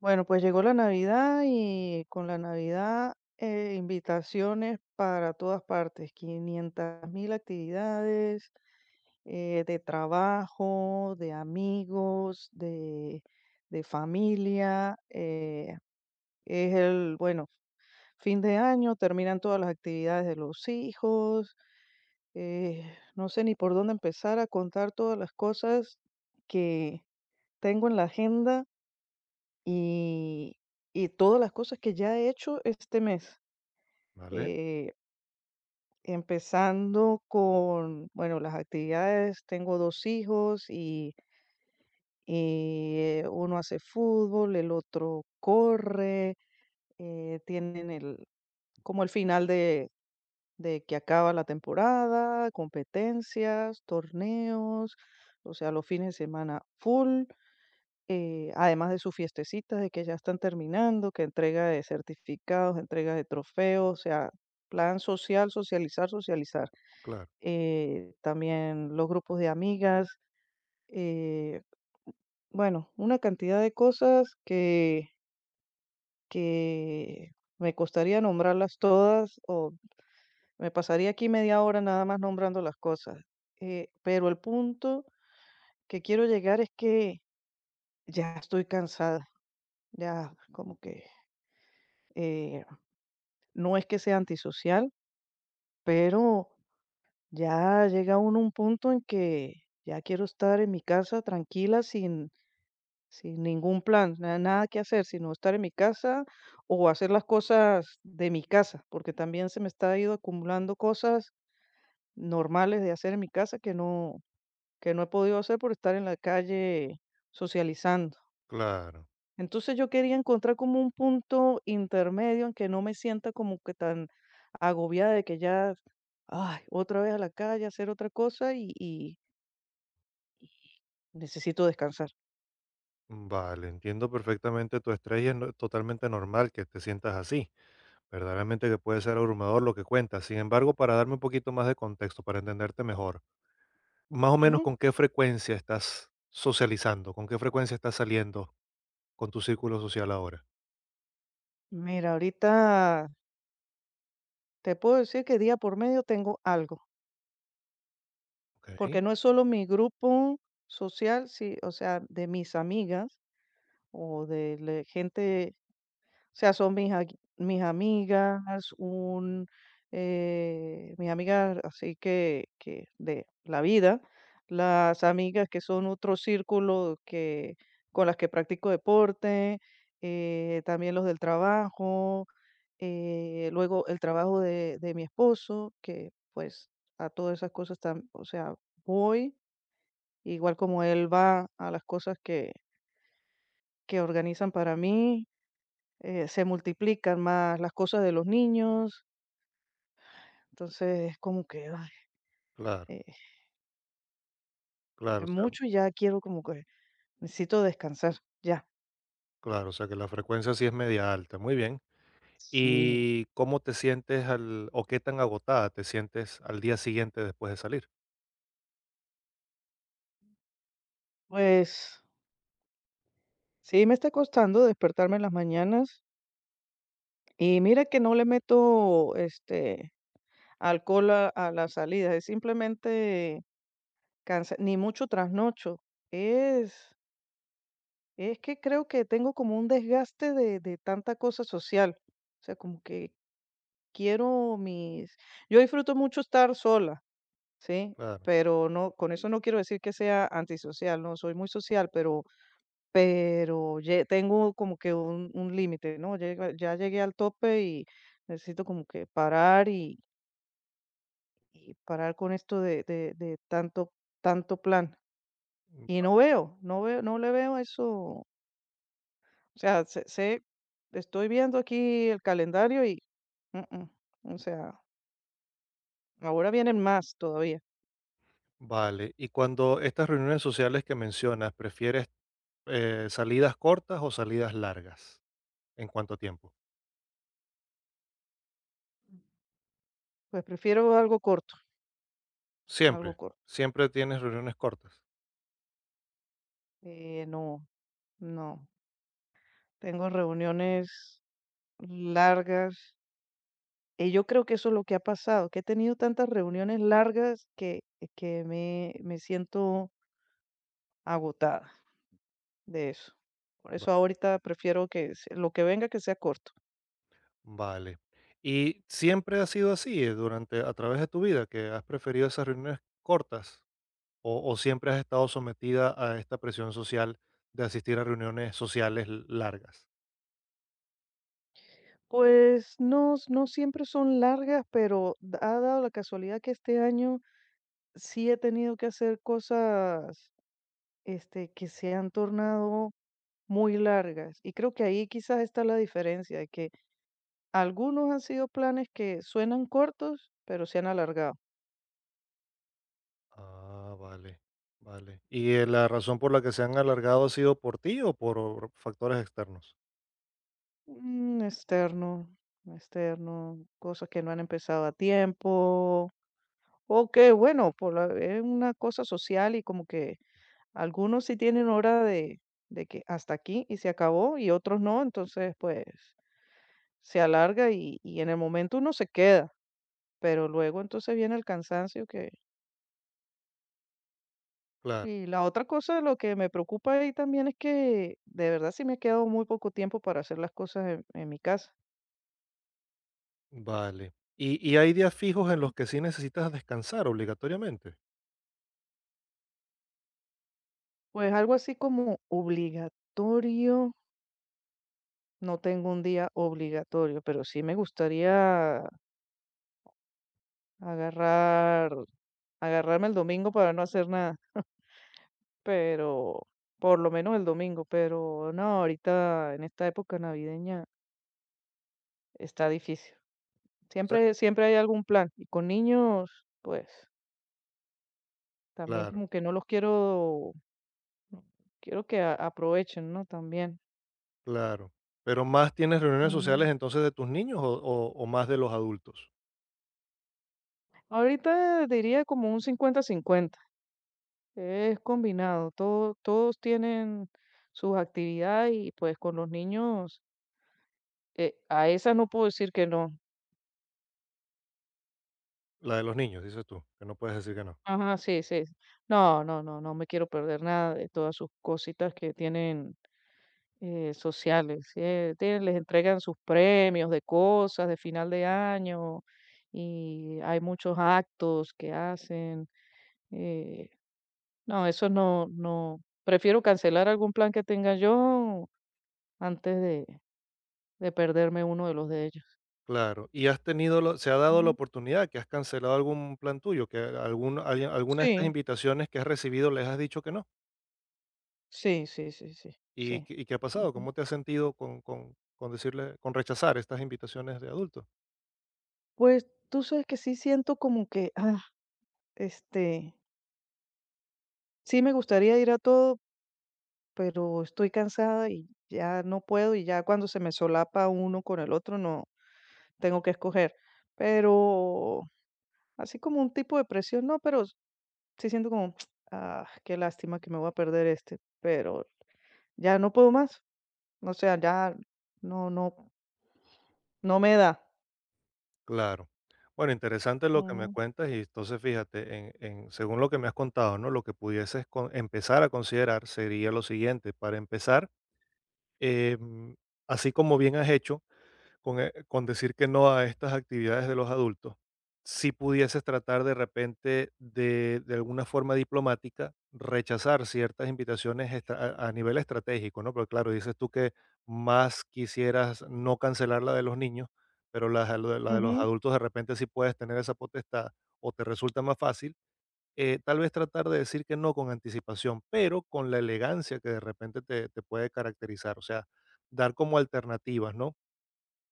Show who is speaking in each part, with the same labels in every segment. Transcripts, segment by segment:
Speaker 1: Bueno, pues llegó la Navidad y con la Navidad, invitaciones para todas partes, 500 mil actividades, de trabajo, de amigos, de familia. Es el, bueno, fin de año, terminan todas las actividades de los hijos. eh, no sé ni por dónde empezar a contar todas las cosas que tengo en la agenda y y todas las cosas que ya he hecho este mes.
Speaker 2: ¿Vale?
Speaker 1: Eh, Empezando con, bueno, las actividades, tengo 2 hijos y uno hace fútbol, el otro corre. Tienen el como el final de que acaba la temporada, competencias, torneos, o sea, los fines de semana full. Además de sus fiestecitas, de que ya están terminando, que entrega de certificados, entrega de trofeos, o sea, plan social, socializar, socializar.
Speaker 2: Claro,
Speaker 1: También los grupos de amigas, eh, bueno, una cantidad de cosas que me costaría nombrarlas todas o me pasaría aquí media hora nada más nombrando las cosas. Pero el punto que quiero llegar es que ya estoy cansada, ya como que. eh, No es que sea antisocial, pero ya llega uno a un punto en que ya quiero estar en mi casa tranquila, sin ningún plan, nada que hacer, sino estar en mi casa o hacer las cosas de mi casa, porque también se me está ido acumulando cosas normales de hacer en mi casa que no he podido hacer por estar en la calle socializando.
Speaker 2: claro.
Speaker 1: Entonces yo quería encontrar como un punto intermedio en que no me sienta como que tan agobiada de que ya, ay, otra vez a la calle, a hacer otra cosa y necesito descansar.
Speaker 2: Vale, entiendo perfectamente tu estrés y es totalmente normal que te sientas así. Verdaderamente que puede ser abrumador lo que cuentas. Sin embargo, para darme un poquito más de contexto, para entenderte mejor, más o menos
Speaker 1: Ujú.
Speaker 2: con qué frecuencia estás socializando, ¿con qué frecuencia estás saliendo con tu círculo social ahora?
Speaker 1: Mira, ahorita te puedo decir que día por medio tengo algo,
Speaker 2: Ok,
Speaker 1: porque no es solo mi grupo social, sí, o sea, de mis amigas o de la gente. O sea, son mis amigas, un, mis amigas así que de la vida, las amigas que son otro círculo que, con las que practico deporte, también los del trabajo, luego el trabajo de mi esposo, que pues a todas esas cosas, o sea, voy, igual como él va a las cosas que organizan para mí. Se multiplican más las cosas de los niños, entonces es como que, ay,
Speaker 2: claro,
Speaker 1: eh,
Speaker 2: claro, o
Speaker 1: de
Speaker 2: sea,
Speaker 1: mucho ya quiero como que necesito descansar, ya.
Speaker 2: claro, o sea que la frecuencia sí es media alta, muy bien.
Speaker 1: Sí,
Speaker 2: ¿Y cómo te sientes al, o qué tan agotada te sientes al día siguiente después de salir?
Speaker 1: pues sí me está costando despertarme en las mañanas y mira que no le meto alcohol a la salida, es simplemente cansa ni mucho trasnocho. Es, es que creo que tengo como un desgaste de tanta cosa social. O sea, como que Quiero mis yo disfruto mucho estar sola, ¿sí?
Speaker 2: Claro.
Speaker 1: Pero no, con eso no quiero decir que sea antisocial, no, soy muy social, pero lle tengo como que un límite, ¿no? Llega, ya llegué al tope y necesito como que parar y parar con esto de tanto tanto plan. Y no veo, no veo, no le veo eso, o sea, sé estoy viendo aquí el calendario y, mm, o sea, ahora vienen más todavía.
Speaker 2: Vale, y cuando estas reuniones sociales que mencionas, ¿prefieres salidas cortas o salidas largas en cuánto tiempo?
Speaker 1: Pues prefiero algo corto, algo
Speaker 2: Siempre,
Speaker 1: corto.
Speaker 2: ¿siempre tienes reuniones cortas?
Speaker 1: No, no. Tengo reuniones largas y yo creo que eso es lo que ha pasado, que he tenido tantas reuniones largas que, que me siento agotada de eso. Por eso
Speaker 2: Va-
Speaker 1: ahorita prefiero lo que venga que sea corto.
Speaker 2: Vale. ¿Y siempre ha sido así durante a través de tu vida que has preferido esas reuniones cortas o siempre has estado sometida a esta presión social de asistir a reuniones sociales largas?
Speaker 1: Pues no, no siempre son largas, pero ha dado la casualidad que este año sí he tenido que hacer cosas, que se han tornado muy largas. Y creo que ahí quizás está la diferencia, de que algunos han sido planes que suenan cortos, pero se han alargado.
Speaker 2: Ah, vale, vale. ¿Y la razón por la que se han alargado ha sido por ti o por factores externos?
Speaker 1: Un externo, un externo, cosas que no han empezado a tiempo, o que bueno, es una cosa social y como que algunos sí tienen hora de que hasta aquí y se acabó y otros no, entonces pues se alarga y en el momento uno se queda, pero luego entonces viene el cansancio que.
Speaker 2: Claro,
Speaker 1: Y la otra cosa, lo que me preocupa ahí también es que de verdad sí me ha quedado muy poco tiempo para hacer las cosas en mi casa.
Speaker 2: vale. ¿Y hay días fijos en los
Speaker 1: Ujú.
Speaker 2: que sí necesitas descansar obligatoriamente?
Speaker 1: Pues algo así como obligatorio, no tengo un día obligatorio, pero sí me gustaría agarrar, agarrarme el domingo para no hacer nada, pero por lo menos el domingo, pero no, ahorita en esta época navideña está difícil.
Speaker 2: O sea,
Speaker 1: Siempre, siempre hay algún plan y con niños, pues también
Speaker 2: claro,
Speaker 1: como que no los quiero. Quiero que a aprovechen, ¿no? También.
Speaker 2: claro. Pero, ¿más tienes reuniones
Speaker 1: Ujú.
Speaker 2: sociales entonces de tus niños o o más de los adultos?
Speaker 1: Ahorita diría como un 50-50. Es combinado, todos tienen sus actividades y, pues, con los niños, a esas no puedo decir que no.
Speaker 2: La de los niños, dices tú, que no puedes decir que no.
Speaker 1: Ajá, sí, sí. No, no, no, no me quiero perder nada de todas sus cositas que tienen, sociales, tienen les entregan sus premios de cosas de final de año, y hay muchos actos que hacen. eh No, eso no no, prefiero cancelar algún plan que tenga yo antes de perderme uno de los de ellos.
Speaker 2: Claro, ¿y has tenido lo se ha dado la
Speaker 1: Ujú.
Speaker 2: oportunidad que has cancelado algún plan tuyo, que algún alguien alguna de estas
Speaker 1: Sí,
Speaker 2: invitaciones que has recibido les has dicho que no?
Speaker 1: sí, sí, sí, sí, sí.
Speaker 2: Y qué ha pasado?
Speaker 1: Ujú.
Speaker 2: ¿Cómo te has sentido con decirle con rechazar estas invitaciones de adultos?
Speaker 1: Pues, tú sabes que sí siento como que, este, sí me gustaría ir a todo, pero estoy cansada y ya no puedo, y ya cuando se me solapa uno con el otro, no, tengo que escoger. Pero así como un tipo de presión, no, pero sí siento como, qué lástima que me voy a perder este, pero ya no puedo más. O sea, ya no no no me da.
Speaker 2: Claro. Bueno, interesante lo que me
Speaker 1: Ujú,
Speaker 2: cuentas y entonces fíjate, en, según lo que me has contado, ¿no? Lo que pudieses empezar a considerar sería lo siguiente. Para empezar, em, así como bien has hecho, con decir que no a estas actividades de los adultos, si pudieses tratar de repente de alguna forma diplomática, rechazar ciertas invitaciones a nivel estratégico, ¿no? Porque claro, dices tú que más quisieras no cancelar la de los niños, pero la de los
Speaker 1: ujú,
Speaker 2: adultos de repente sí puedes tener esa potestad o te resulta más fácil. Eh, tal vez tratar de decir que no con anticipación, pero con la elegancia que de repente te puede caracterizar, o sea, dar como alternativas, ¿no?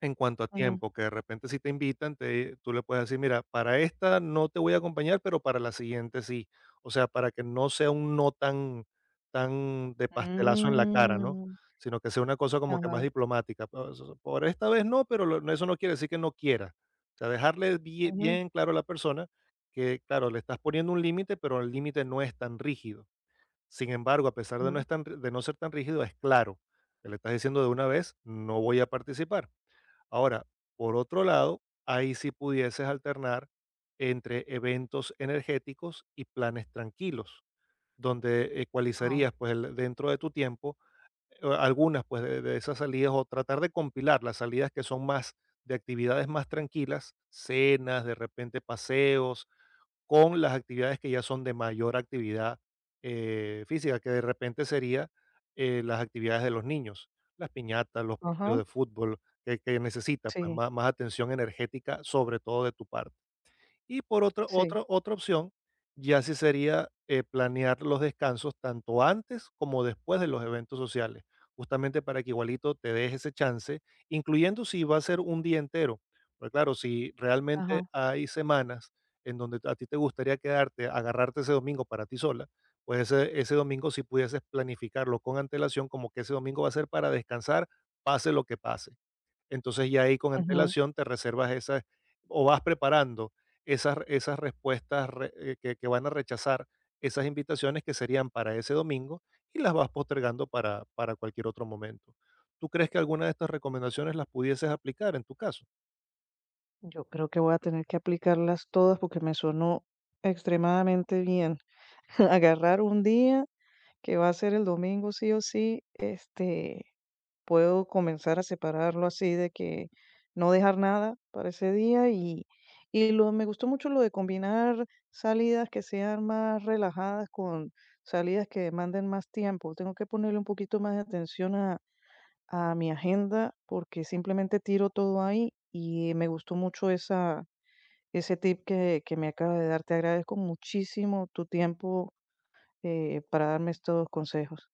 Speaker 2: En cuanto a
Speaker 1: ujú.
Speaker 2: tiempo, que de repente si te invitan, te, tú le puedes decir, mira, para esta no te voy a acompañar, pero para la siguiente sí. O sea, para que no sea un no tan, tan de pastelazo en la cara, ¿no?
Speaker 1: Mm,
Speaker 2: Sino que sea una cosa como que más
Speaker 1: ajá,
Speaker 2: diplomática. "Pues, por esta vez no, pero eso no quiere decir que no quiera." O sea, dejarle
Speaker 1: ujú,
Speaker 2: bien claro a la persona que, claro, le estás poniendo un límite, pero el límite no es tan rígido. Sin embargo, a pesar de no,
Speaker 1: ujú,
Speaker 2: es tan de no ser tan rígido, es claro. Que le estás diciendo de una vez, no voy a participar. Ahora, por otro lado, ahí sí pudieses alternar entre eventos energéticos y planes tranquilos, donde
Speaker 1: ajá,
Speaker 2: ecualizarías pues dentro de tu tiempo algunas pues de esas salidas, o tratar de compilar las salidas que son más de actividades más tranquilas, cenas, de repente paseos, con las actividades que ya son de mayor actividad física, que de repente sería las actividades de los niños, las piñatas, los partidos
Speaker 1: ajá,
Speaker 2: de fútbol, que necesita pues,
Speaker 1: sí,
Speaker 2: más, más atención energética, sobre todo de tu parte. Y por
Speaker 1: sí,
Speaker 2: otra opción, ya sí sería planear los descansos tanto antes como después de los eventos sociales, justamente para que igualito te des ese chance, incluyendo si va a ser un día entero. Porque claro, si
Speaker 1: ajá,
Speaker 2: realmente hay semanas en donde a ti te gustaría quedarte, agarrarte ese domingo para ti sola, pues ese domingo si pudieses planificarlo con antelación, como que ese domingo va a ser para descansar, pase lo que pase. Entonces, ya ahí con
Speaker 1: ujú.
Speaker 2: antelación te reservas esas o vas preparando esas respuestas re que van a rechazar esas invitaciones que serían para ese domingo y las vas postergando para cualquier otro momento. ¿Tú crees que alguna de estas recomendaciones las pudieses aplicar en tu caso?
Speaker 1: Yo creo que voy a tener que aplicarlas todas porque me sonó extremadamente bien. Agarrar un día que va a ser el domingo sí o sí, puedo comenzar a separarlo así de que no dejar nada para ese día y lo, me gustó mucho lo de combinar salidas que sean más relajadas con salidas que demanden más tiempo. Tengo que ponerle un poquito más de atención a mi agenda porque simplemente tiro todo ahí y me gustó mucho esa, ese tip que me acaba de dar. Te agradezco muchísimo tu tiempo, para darme estos consejos.